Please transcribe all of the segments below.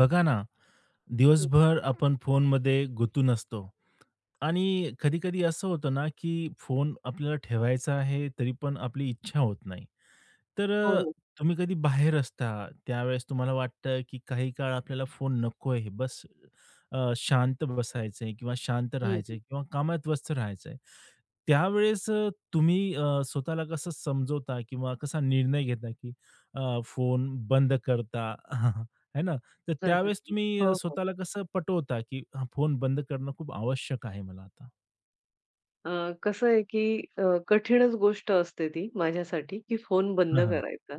बघा ना, हो, दिवसभर आपण फोनमध्ये गुंतून असतो आणि कधी-कधी असं होतं ना, की फोन आपल्याला ठेवायचा आहे, तरी पण आपली इच्छा होत नाही. तर अ, हो. तुम्ही कधी बाहेर असता, त्यावेळेस तुम्हाला वाटतं, की काही काळ आपल्याला फोन नकोय. शांत बसायचंय किंवा शांत हं, राहायचंय हं. किंवा कामात व्यस्त राहायचंय. त्यावेळेस तुम्ही स्वतःला कसं समजवता किंवा कसा निर्णय घेता, की फोन बंद करता है ना? तर हं, त्यावेळेस हं. तुम्ही अ, हो, हो. स्वतःला कसं पटवता, की हा फोन बंद करणं खूप आवश्यक आहे मला आता? अ, कसं आहे की अ, कठीणच गोष्ट असते ती माझ्यासाठी की फोन बंद हां, हां. करायचा.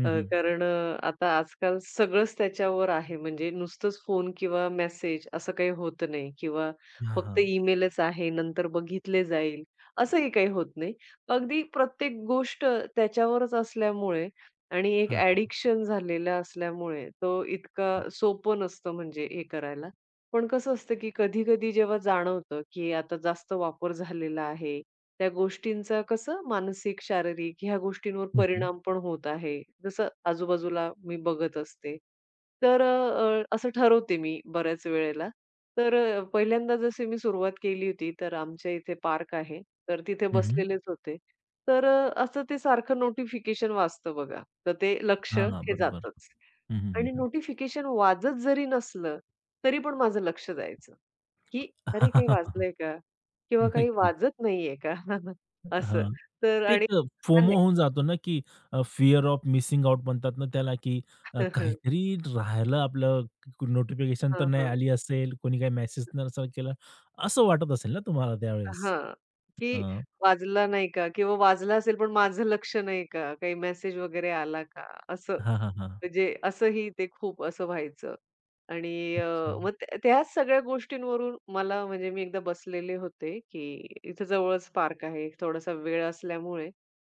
हं, हं. कारण आता आजकाल सगळंच त्याच्यावर आहे म्हणजे नुसतंच फोन किंवा मेसेज असं काही होत नाही किंवा हां, फक्त हां. ईमेलच आहे, नंतर बघितले जाईल, असंही काही होत नाही. अगदी प्रत्येक गोष्ट त्याच्यावरच असल्यामुळे आणि एक हां. ॲडिक्शन झालेलं असल्यामुळे तो इतका सोपं नसतं म्हणजे हे करायला. पण कसं असतं, की कधी-कधी जेव्हा जाणवतं, की आता जास्त वापर झालेला आहे. त्या गोष्टींचा कसं मानसिक, शारीरिक ह्या गोष्टींवर हं, हं. परिणाम पण होत आहे. जसं आजूबाजूला मी बघत असते. तर असं ठरवते मी बऱ्याच वेळेला. तर पहिल्यांदा जशी मी सुरुवात केली होती, तर आमच्या इथे पार्क आहे. तर तिथे हं, हं. बसलेलेच होते. तर असं ते सारखं नोटिफिकेशन वाजतं बघा. तर ते लक्ष हे बरोबर. जातंच हं, हं, आणि हं, नोटिफिकेशन वाजत जरी नसलं, तरी पण माझं लक्ष जायचं, की "अरे, काही वाजलंय का? किंवा काही नक्कीच. वाजत नाहीये का?" असं. हां. तर ते एक आणि छान फोमो आहे. होऊन जातो ना, की फिअर ऑफ मिसिंग आउट म्हणतात ना त्याला, की अ, हं, हं. काहीतरी राहिलं आपलं नोटिफिकेशन तर हां, नाही हां. आली असेल, कोणी काही मेसेज नसेल केला, असं वाटत असेल ना तुम्हाला त्यावेळेस? हां, की हां. वाजला नाही का? किंवा वाजला असेल पण माझं लक्ष नाही का? काही मेसेज वगैरे आला का? असं. हां, हां, हां. म्हणजे असंही ते खूप असं व्हायचं. आणि अच्छा. मग त्याच सगळ्या गोष्टींवरून मला म्हणजे मी एकदा बसलेले होते, की इथं जवळच पार्क आहे. थोडासा वेळ असल्यामुळे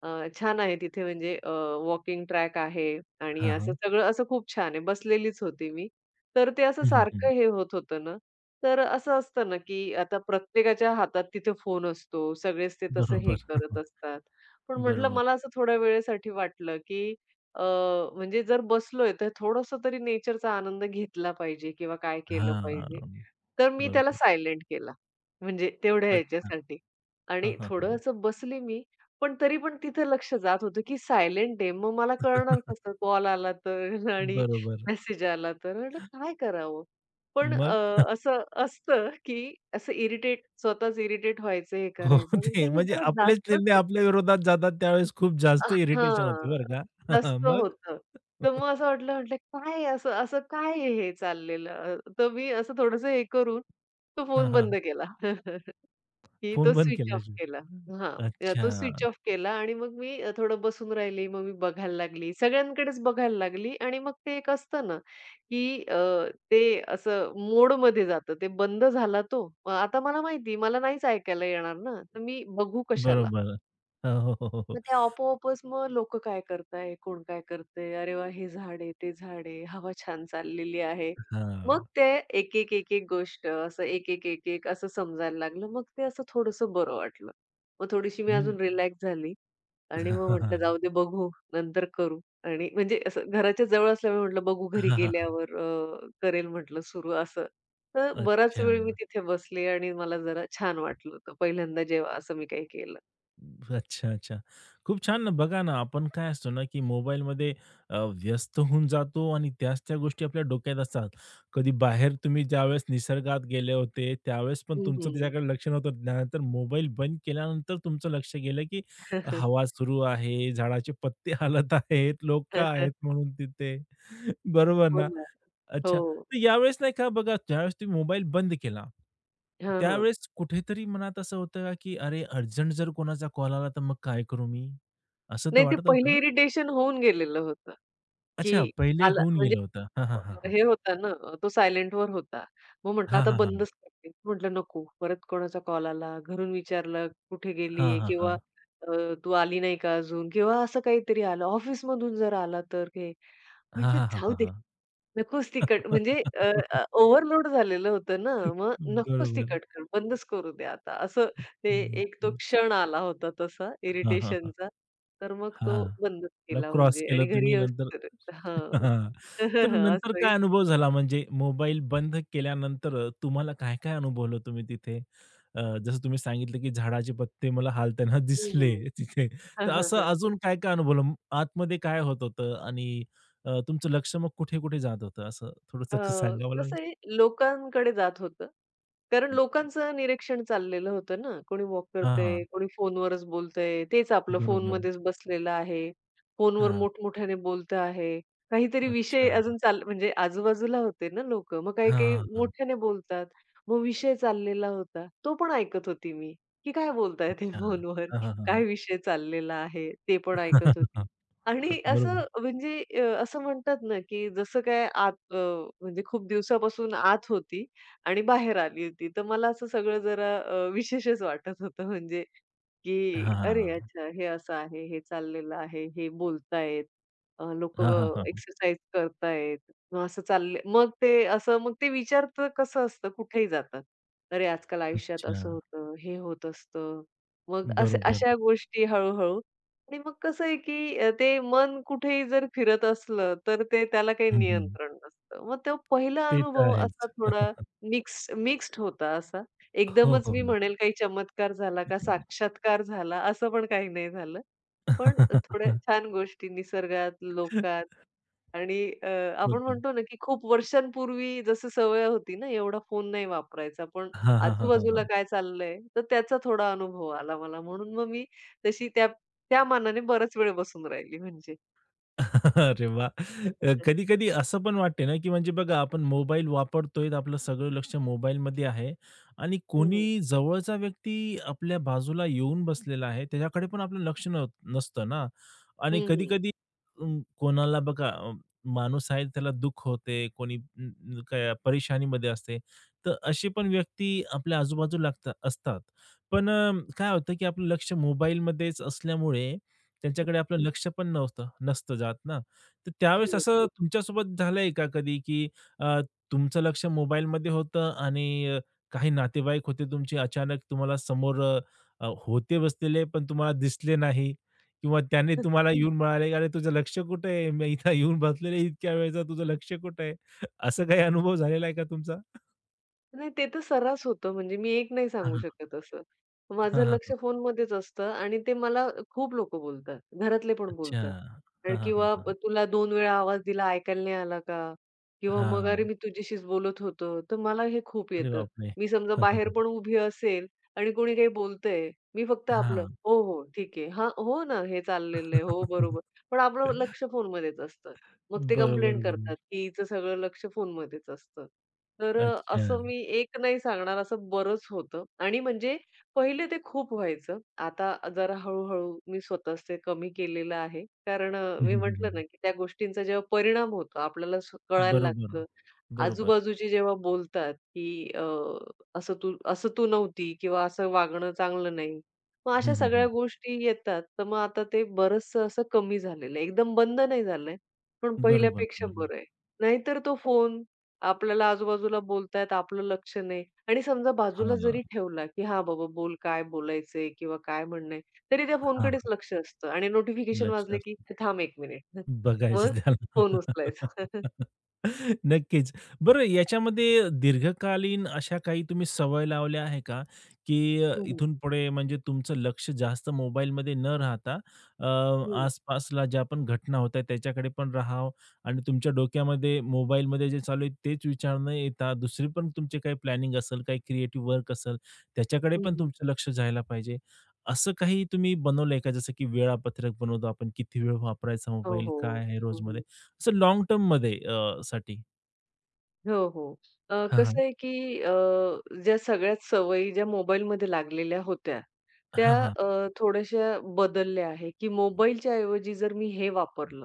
अ, छान आहे तिथे म्हणजे वॉकिंग ट्रॅक आहे आणि हां, असं हां. सगळं असं खूप छान आहे. बसलेलीच होती मी. तर ते असं हं, हं, हं. सारखं हे होत होतं ना, तर असं असतं ना, की आता प्रत्येकाच्या हातात तिथे फोन असतो. सगळेच ते तसं हे बरोबर. करत असतात. पण म्हटलं बरोबर. मला असं थोड्या वेळेसाठी वाटलं, की अ, म्हणजे जर बसलोय तर थोडंसं तरी नेचरचा आनंद घेतला पाहिजे किंवा काय केलं पाहिजे. हां. तर मी त्याला बरोबर. सायलेंट केला. म्हणजे तेवढ्या अच्छा. ह्याच्यासाठी हां, आणि हां, थोडं हां. असं बसली मी, पण तरी पण तिथं लक्ष जात होतं, की सायलेंट आहे. मग मला कळणार कसं कॉल आला तर आणि बरोबर. मेसेज आला तर. म्हटलं काय करावं? पण मग? असं असतं, की असं इरिटेट स्वतःच इरिटेट व्हायचं, हे हो, करायचं. ते म्हटलं हे म्हणजे जरा आपलेच जास्तच निर्णय आपल्या होतंय. विरोधात जातात त्यावेळेस खूप अ, जास्त इरिटेशन हां, होते बरं का. नसतं मग? होतं. तर मग असं वाटलं, म्हटलं काय असं असं काय आहे हे चाललेलं? तर मी असं थोडंसं हे करून तो हां, फोन हां. बंद केला. की फोन तो बंद स्विच केला ऑफ शेवटी. केला. हां, अच्छा. तो स्विच ऑफ केला आणि मग मी थोडं बसून राहिली. मग मी बघायला लागली. सगळ्यांकडेच बघायला लागली आणि मग ते एक असतं ना, की ते असं मोडमध्ये जातं. ते बंद झाला तो. मग आता मला माहिती, मला नाहीच ऐकायला येणार ना, तर मी बघू कशाला? बरोबर. हो, हो, हो, हो. मग ते आपोआपच मग लोकं काय करताय, कोण काय करतंय, अरे वाह! हे झाड आहे, ते झाड आहे, हवा छान चाललेली आहे. मग हां. ते एक-एक, एक-एक गोष्ट असं एक-एक, एक-एक असं समजायला लागलं. मग ते असं थोडंसं बरं वाटलं. मग थोडीशी मी म्हण अजून रिलॅक्स झाली आणि हां, मग हां, म्हटलं हां. जाऊ दे बघू नंतर करू आणि म्हणजे असं घराच्या जवळ असल्यामुळे म्हटलं बघू घरी गेल्यावर करेल म्हटलं सुरू असं. तर बराच अच्छा. वेळ मी तिथे बसले आणि मला जरा छान वाटलं होतं पहिल्यांदा जेव्हा असं मी काही केलं. अच्छा, अच्छा. खूप छान ना, बघा ना, आपण काय असतो ना, की मोबाईलमध्ये अ, व्यस्त होऊन जातो आणि त्याच त्या गोष्टी आपल्या डोक्यात असतात. कधी बाहेर तुम्ही ज्यावेळेस निसर्गात गेले होते, त्यावेळेस पण तुमचं हं, त्याच्याकडे लक्ष नव्हतं. त्यानंतर मोबाईल बंद केल्यानंतर तुमचं लक्ष गेलं, की हवा सुरू आहे, झाडाचे पत्ते हलत आहेत, लोकं हं, हं. आहेत म्हणून तिथे. बरोबर हो ना? ना. हो. अच्छा. तर यावेळेस नाही का बघा, ज्यावेळेस तुम्ही मोबाईल बंद केला, हां, हां. त्यावेळेस कुठेतरी मनात असं होतं का, की "अरे, अर्जंट जर कोणाचा कॉल आला, तर मग काय करू मी?" असं तर नाही, ते वाटत होतं पहिले ना? इरिटेशन होऊन गेलेलं होतं, की अच्छा, पहिले आला होऊन म्हणजे गेलं होतं. हां, अ, हां, हे होता ना, तो सायलेंटवर होता. मग म्हटलं हां, आता हां. बंदच करते. म्हटलं नको, परत कोणाचा कॉल आला, घरून विचारलं कुठे गेली हां, आहे हां, किंवा हां. तू आली नाही का अजून किंवा असं काहीतरी आलं, ऑफिसमधून जर आला तर हे. हां, म्हटलं हां, हां. हां, जाऊ हां, दे हां, हां, नकोच तिखट म्हणजे ओव्हरलोड झालेलं होतं ना, मग नकोच बरोबर. तिखट कर, बंदच करू दे आता. असं ते एक तो नक्कीच. क्षण आला होता तसा हां, हां, हां. इरिटेशनचा. तर मग तो हां. बंदच ला केला क्रॉस म्हणजे केलं आणि घरी तुम्ही येऊस नंतर तर हां. हां. तर नंतर असंही काय अनुभव झाला? म्हणजे मोबाईल बंद केल्यानंतर तुम्हाला काय-काय अनुभवलं तुम्ही तिथे? जसं तुम्ही सांगितलं, की झाडाचे पत्ते मला हालताना हं, दिसले हं. तिथे. तर असं अजून काय-काय अनुभवलं? आतमध्ये काय होत होतं आणि तुमचं लक्ष मग कुठे-कुठे जात होतं? असं अ, थोडंसं सांगा मला? कसं आहे लोकांकडे जात होतं. कारण लोकांचं निरीक्षण चाललेलं होतं ना. कोणी वॉक हां, करतंय, हां. कोणी फोनवरच बोलतंय. तेच आपलं बरोबर. फोनमध्येच बसलेलं आहे. फोनवर हां. मोठमोठ्याने बोलतं आहे. काहीतरी विषय अच्छा. अजून चाल म्हणजे आजूबाजूला होते ना लोकं. मग काही-काही हां, हां. मोठ्याने बोलतात. मग विषय चाललेला होता. तो पण ऐकत होती मी, की काय बोलताय ते अच्छा. फोनवर? हां, हां, हां, हां. काय विषय चाललेला आहे? ते पण ऐकत होती. आणि असं बरोबर. म्हणजे असं म्हणतात ना, की जसं काय आत म्हणजे खूप दिवसापासून आत होती आणि बाहेर आली होती. तर मला असं सगळं जरा विशेषच वाटत होतं म्हणजे, की "अरे हां. अच्छा हे असं आहे, हे चाललेलं आहे, हे बोलतायत, हां, हां, लोकं हां. एक्सरसाइज करतायत." मग असं चालले मग ते असं मग ते विचार तर कसं असतं कुठेही जातात. "अरे आजकाल आयुष्यात अच्छा. असं होतं, हे होत असतं." मग असे बरोबर. अशा गोष्टी हळू आणि मग कसं आहे, की ते मन कुठेही जर फिरत असलं, तर ते त्याला काही हं, हं. नियंत्रण नसतं. मग तो पहिला ते तर अनुभव असा आहेच. थोडा मिक्स्ड होता असा. हो, एकदमच हो, मी हो. म्हणेल काही चमत्कार झाला का साक्षात्कार झाला, असं पण काही नाही झालं. पण थोड्या छान गोष्टी निसर्गात, लोकात आणि अ, आपण होतं. म्हणतो ना, की खूप वर्षांपूर्वी जसं सवय होती ना, एवढा फोन नाही वापरायचा, पण हां, हां, हां, हां, आजूबाजूला हां. काय चाललंय, तर त्याचा थोडा अनुभव आला मला. म्हणून मग मी तशी त्या त्या मानाने बराच वेळ बसून राहिली म्हणजे. अरे वाह! कधी-कधी असं पण वाटते ना, की म्हणजे बघा आपण मोबाईल वापरतोय, आपलं सगळं लक्ष मोबाईलमध्ये आहे आणि हं, कोणी हं. जवळचा व्यक्ती आपल्या बाजूला येऊन बसलेला आहे, त्याच्याकडे पण आपलं लक्ष नसतं ना आणि हं, हं. कधी-कधी कोणाला बघा माणूस आहे त्याला दुःख होते, कोणी अं, अं, काय परेशानीमध्ये असते. तर अशी पण व्यक्ती आपल्या आजूबाजूला लागतात असतात. पण काय होतं, की आपलं लक्ष मोबाईलमध्येच असल्यामुळे त्याच्याकडे आपलं लक्ष पण नसतं जात ना. तर त्यावेळेस हो. असं हो. तुमच्यासोबत झालंय का कधी, की अ, तुमचं लक्ष मोबाईलमध्ये होतं आणि काही नातेवाईक होते तुमचे अचानक तुम्हाला समोर अ, अ, होते बसलेले पण तुम्हाला दिसले नाही किंवा त्यांनी तुम्हाला येऊन म्हणाले, "अरे तुझं लक्ष कुठे आहे? मी इथं येऊन बसलेले इतक्या वेळेचं तुझं लक्ष कुठे आहे?" असा काही अनुभव झालेला आहे का तुमचा? नाही, ते तर सर्रास होतं. म्हणजे मी एक नाही हां, सांगू हां. शकत असं. हां, माझं हां, लक्ष हां. फोनमध्येच असतं आणि ते मला खूप लोकं बोलतात. घरातले पण अच्छा. बोलतात. आणि हां, हां, हां, किंवा हां. "तुला 2 वेळा आवाज दिला, ऐकायला नाही आला का?" किंवा मग "अरे, हां. मी तुझ्याशीच बोलत होतो." तर मला हे खूप अरे येतं. बापरे! मी समजा हां, हां, बाहेर हां. पण उभी असेल आणि कोणी काही बोलतंय, मी फक्त आपलं "हो, हो, ठीक आहे. हां, हो ना, हे चाललेलं आहे. हो, हां. बरोबर." पण आपलं लक्ष फोनमध्येच असतं. मग ते बरोबर, कंप्लेंट करतात, बरोबर. की हिचं सगळं लक्ष फोनमध्येच असतं. तर असं अच्छा. मी एक नाही सांगणार, असं बरंच होतं आणि म्हणजे पहिले ते खूप व्हायचं. आता जरा हळू-हळू मी स्वतःच ते कमी केलेलं आहे. कारण हं, मी हं, हं, म्हटलं ना, हं. की त्या गोष्टींचा जेव्हा परिणाम होतो, आपल्याला स कळायला बरोबर, लागतं. बरोबर. आजूबाजूचे जेव्हा बोलतात, की "असं तू असं तू नव्हती" किंवा "असं वागणं चांगलं नाही." मग हं, अशा हं, सगळ्या हं. गोष्टी येतात. तर मग आता ते बरचसं असं कमी झालेलं आहे. एकदम बंद नाही झालंय, पण बरोबर, पहिल्यापेक्षा बरोबर. बरं आहे. नाहीतर तो फोन आपल्याला आजूबाजूला बोलतायत, आपलं लक्ष नाही आणि समजा हां, बाजूला हां, जरी ठेवला, की "हां बाबा बोल, काय बोलायचंय किंवा काय म्हणणं आहे?" तरी त्या फोनकडेच लक्ष असतं आणि नोटिफिकेशन लक्ष वाजले, की असतं. "थांब 1 मिनिट." मग बघायचं फोन त्याला. उचलायचा. नक्कीच. बरं याच्यामध्ये दीर्घकालीन अशा काही तुम्ही सवय लावल्या आहे का? की हं, हं. इथून पुढे म्हणजे तुमचं लक्ष जास्त मोबाईलमध्ये न राहता अ, हं. आसपासला ज्या पण घटना होत आहेत त्याच्याकडे पण राहावं आणि तुमच्या डोक्यामध्ये मोबाईलमध्ये जे चालू आहे तेच विचार न येता दुसरी पण तुमची काही प्लॅनिंग असेल, काही क्रिएटिव्ह वर्क असेल त्याच्याकडे पण तुमचं लक्ष जायला पाहिजे. असं काही तुम्ही बनवलंय का? जसं की वेळापत्रक बनवतो आपण, किती वेळ वापरायचा हो, मोबाईल, हो. काय आहे रोजमध्ये? हं, असं लाँग टर्ममध्ये साठी? हो, हो. हां, हां. कसं आहे, की ज्या सगळ्याच सवयी ज्या मोबाईलमध्ये लागलेल्या होत्या, त्या हां, हां. थोड्याशा बदलल्या आहे, की मोबाईलच्या ऐवजी जर मी हे वापरलं,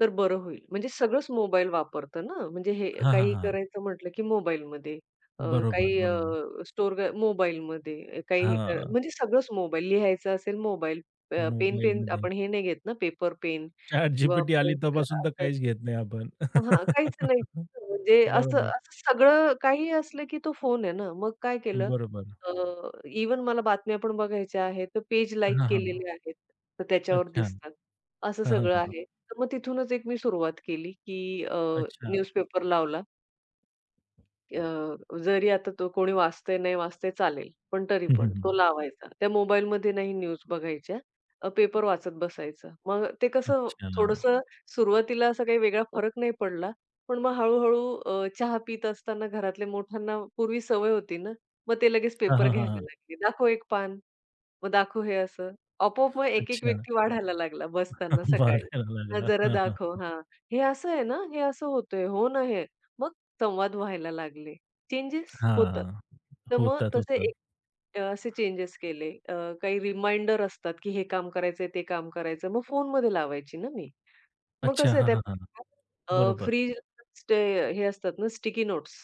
तर बरं होईल. म्हणजे सगळंच मोबाईल वापरतं ना, म्हणजे हे हां, हां, काही हां. करायचं म्हटलं, की मोबाईलमध्ये. अ, बरोबर, काही बरोबर. स्टोअर क मोबाईलमध्ये काही हे कर हां, म्हणजे सगळंच मोबाईल. लिहायचं असेल मोबाईल. पेन पेन मोबाईलमध्ये. आपण हे नाही घेत ना, पेपर पेन किंवा ChatGPT आली पेन्सिल तेव्हापासून तर असं. काहीच घेत नाही आपण. हां, काहीच नाही. म्हणजे असं बरोबर, असं सगळं काहीही असलं की तो फोन आहे ना. मग काय केलं बरोबर. अ, इव्हन मला बातम्या पण बघायच्या आहेत, तर पेज लाइक हां, हां. केलेले आहेत. तर त्याच्यावर अच्छा. दिसतात. असं हां, हां, सगळं हां, हां. आहे. तर मग तिथूनच एक मी सुरुवात केली की अ, अच्छा. न्यूजपेपर लावला अ, जरी आता तो कोणी वाचतंय, नाही वाचतंय चालेल, पण तरी हं, हं, पण हं. तो लावायचा. त्या मोबाईलमध्ये नाही न्यूज बघायच्या. पेपर वाचत बसायचं. मग ते कसं अच्छा. थोडंसं सुरुवातीला असा काही वेगळा फरक नाही पडला. पण मग हळू-हळू चहा पीत असताना घरातल्या मोठ्यांना पूर्वी सवय होती ना, मग ते लगेच हां, पेपर हां, हां, घ्यायला हां. लागले. दाखव एक पान, मग दाखव हे असं. आपोआप मग एक-एक अच्छा. व्यक्ती वाढायला लागला बसताना सकाळी. मारायला हां, लागला. जरा हां, हां. दाखव. हां, हे असं आहे ना? हे असं होतंय. हो ना, हे. मग संवाद व्हायला लागले. चेंजेस होतात. हां. तर मग होतात, तसे होतात. एक असे चेंजेस केले. काही रिमाइंडर असतात, की हे काम करायचंय, ते काम करायचं. मग फोनमध्ये लावायची ना मी. मग अच्छा. कसं आहे हां, हां, हां. त्यापेक्षा बरोबर. फ्री स्टे हे असतात ना स्टिकी नोट्स,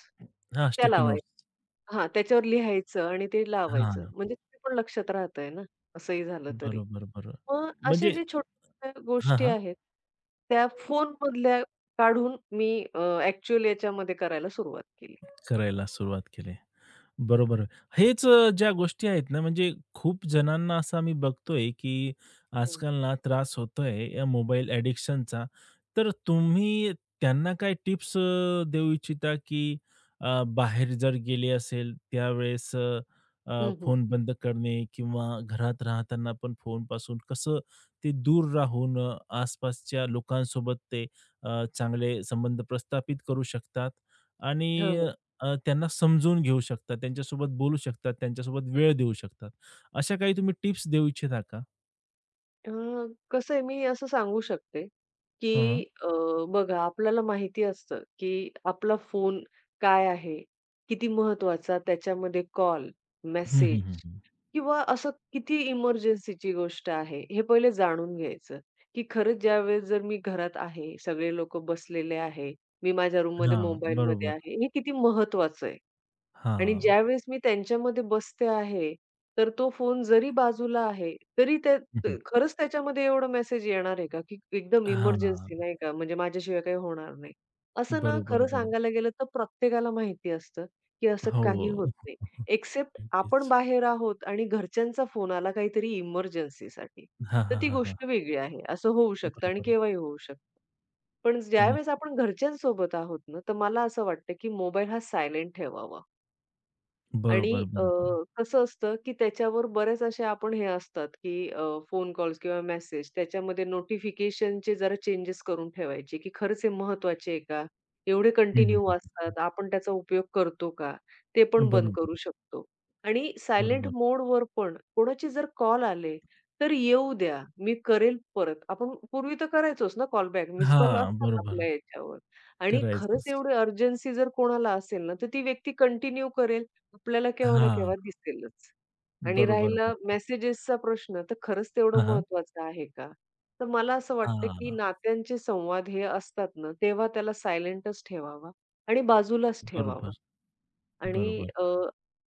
हां, त्या स्टिकी नोट्स. लावायच्या. हां, त्याच्यावर लिहायचं आणि ते लावायचं. हां. म्हणजे ते पण लक्षात राहतंय ना, असंही झालं तरी. बरोबर, बरोबर. मग असे म्हणजे जे छोट्या हां, गोष्टी हां. आहेत, त्या फोनमधल्या काढून मी याच्यामध्ये करायला सुरुवात केली. करायला सुरुवात केली. बरोबर. हेच ज्या गोष्टी आहेत ना, म्हणजे खूप जणांना असं आम्ही बघतोय, की हं, आजकाल ना त्रास होतोय या मोबाईल ॲडिक्शनचा. तर तुम्ही त्यांना काय टिप्स देऊ इच्छिता, की बाहेर जर गेले असेल त्यावेळेस अ, अ, हं, हं. फोन बंद करणे किंवा घरात राहताना पण फोनपासून कसं ते दूर राहून आसपासच्या लोकांसोबत ते चांगले संबंध प्रस्थापित करू शकतात? हां, आणि हां. त्यांना समजून घेऊ शकतात, त्यांच्यासोबत बोलू शकतात, त्यांच्यासोबत वेळ देऊ शकतात. अशा काही तुम्ही टिप्स देऊ इच्छिता का? अ, कसं आहे मी असं सांगू शकते, की हां, हां. बघा आपल्याला माहिती असतं, की आपला फोन काय आहे? किती महत्त्वाचा? त्याच्यामध्ये कॉल, हं, हं, मेसेज हं, हं. किंवा असं किती इमर्जन्सीची गोष्ट आहे? हे पहिले जाणून घ्यायचं, की खरंच ज्यावेळेस जर मी घरात आहे, सगळे लोकं बसलेले आहे, मी माझ्या रूममध्ये हां, मोबाईलमध्ये बरोबर. आहे, हे किती महत्त्वाचं आहे? आणि हां. ज्यावेळेस मी त्यांच्यामध्ये बसते आहे, तर तो फोन जरी बाजूला आहे, तरी त्या हं, हं. खरंच त्याच्यामध्ये एवढा मेसेज येणार आहे का, की एकदम इमर्जन्सी हां. नाही का, म्हणजे माझ्याशिवाय काही होणार नाही. असं ना बरोबर, खरं बरोबर. सांगायला गेलं तर प्रत्येकाला माहिती असतं, की असं हो. काही होत नाही. एक्सेप्ट आपण नक्कीच. बाहेर आहोत आणि घरच्यांचा फोन आला काहीतरी इमर्जन्सीसाठी. हां, तर हां, ती हां, हां. गोष्ट वेगळी आहे. असं होऊ शकतं आणि बरोबर. केव्हाही होऊ शकतं. पण न ज्यावेळेस आपण घरच्यांसोबत आहोत ना, तर मला असं वाटतं, की मोबाईल हा सायलेंट ठेवावा. आणि बरोबर, बरोबर. कसं असतं, की त्याच्यावर बरेच असे आपण हे असतात, की फोन कॉल्स किंवा मेसेज त्याच्यामध्ये नोटिफिकेशनचे जरा चेंजेस करून ठेवायचे, की खरंच हे महत्त्वाचे आहे का? एवढे हं, हं, कंटिन्यू हं. वाजतात, आपण त्याचा उपयोग करतो का? ते पण बंद करू बरोबर, शकतो. आणि सायलेंट बरोबर. मोडवर पण कोणाचे जर कॉल आले, तर येऊ द्या, मी करेल परत. आपण पूर्वी तर करायचोच ना कॉल बॅक, मिस कॉल हां, असतात बरोबर. आपल्या याच्यावर. आणि खरंच करायचंच. एवढी अर्जन्सी जर कोणाला असेल ना, तर ती व्यक्ती कंटिन्यू करेल आपल्याला केव्हा ना हां. केव्हा दिसेलच. आणि बरोबर, राहिला बरोबर. मेसेजेसचा प्रश्न, तर खरंच हां, तेवढं हां. महत्त्वाचं आहे का? तर मला असं वाटतं, की हां. नात्यांचे संवाद हे असतात ना, तेव्हा त्याला सायलेंटच ठेवावा आणि बाजूलाच बरोबर, ठेवावा. आणि बरोबर.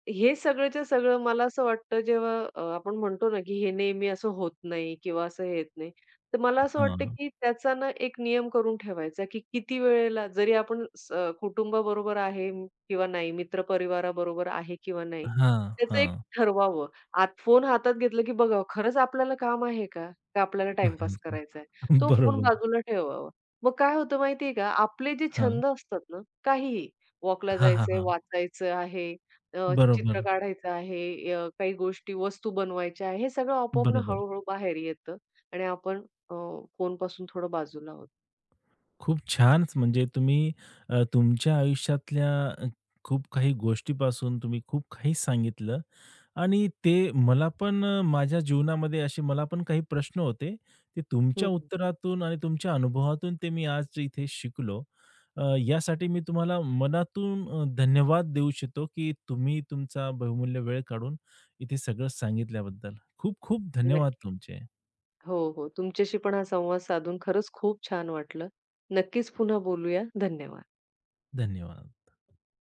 हे सगळंच्या सगळं मला असं वाटतं जेव्हा आपण म्हणतो ना, की हे नेहमी असं होत नाही किंवा असं हे येत नाही. तर मला असं वाटतं, हां. की त्याचा ना एक नियम करून ठेवायचा, की किती वेळेला जरी आपण स कुटुंबाबरोबर आहे किंवा नाही, मित्रपरिवाराबरोबर आहे किंवा नाही, हां, त्याचं एक हां. ठरवावं. आत फोन हातात घेतलं, की बघावं खरंच आपल्याला काम आहे का? का आपल्याला नाही टाईमपास करायचा आहे? का. तो फोन बरोबर. बाजूला ठेवावा. मग काय होतं माहिती का? आपले जे हां. छंद असतात ना, काहीही वॉकला हां, हां, जायचंय, हां. वाचायचं आहे, चित्र बरोबर, काढायचं आहे, काही गोष्टी, वस्तू बनवायच्या आहे. हे सगळं आपोआप ना बरोबर. हळू-हळू बाहेर येतं आणि आपण अ, फोनपासून थोडं बाजूला आहोत. खूप छानच म्हणजे तुम्ही तुमच्या आयुष्यातल्या अ, खूप काही गोष्टीपासून तुम्ही खूप काही सांगितलं आणि ते मला पण माझ्या जीवनामध्ये असे मला पण काही प्रश्न होते. ते हं, तुमच्या हं. उत्तरातून आणि तुमच्या अनुभवातून ते मी आज इथे शिकलो. यासाठी मी तुम्हाला मनातून धन्यवाद देऊ इच्छितो, की तुम्ही तुमचा बहुमूल्य वेळ काढून इथे सगळं सांगितल्याबद्दल. खूप खूप धन्यवाद नक्की. तुमचे. हो, हो. तुमच्याशी पण हा संवाद साधून खरंच खूप छान वाटलं. नक्कीच पुन्हा बोलूया. धन्यवाद. धन्यवाद.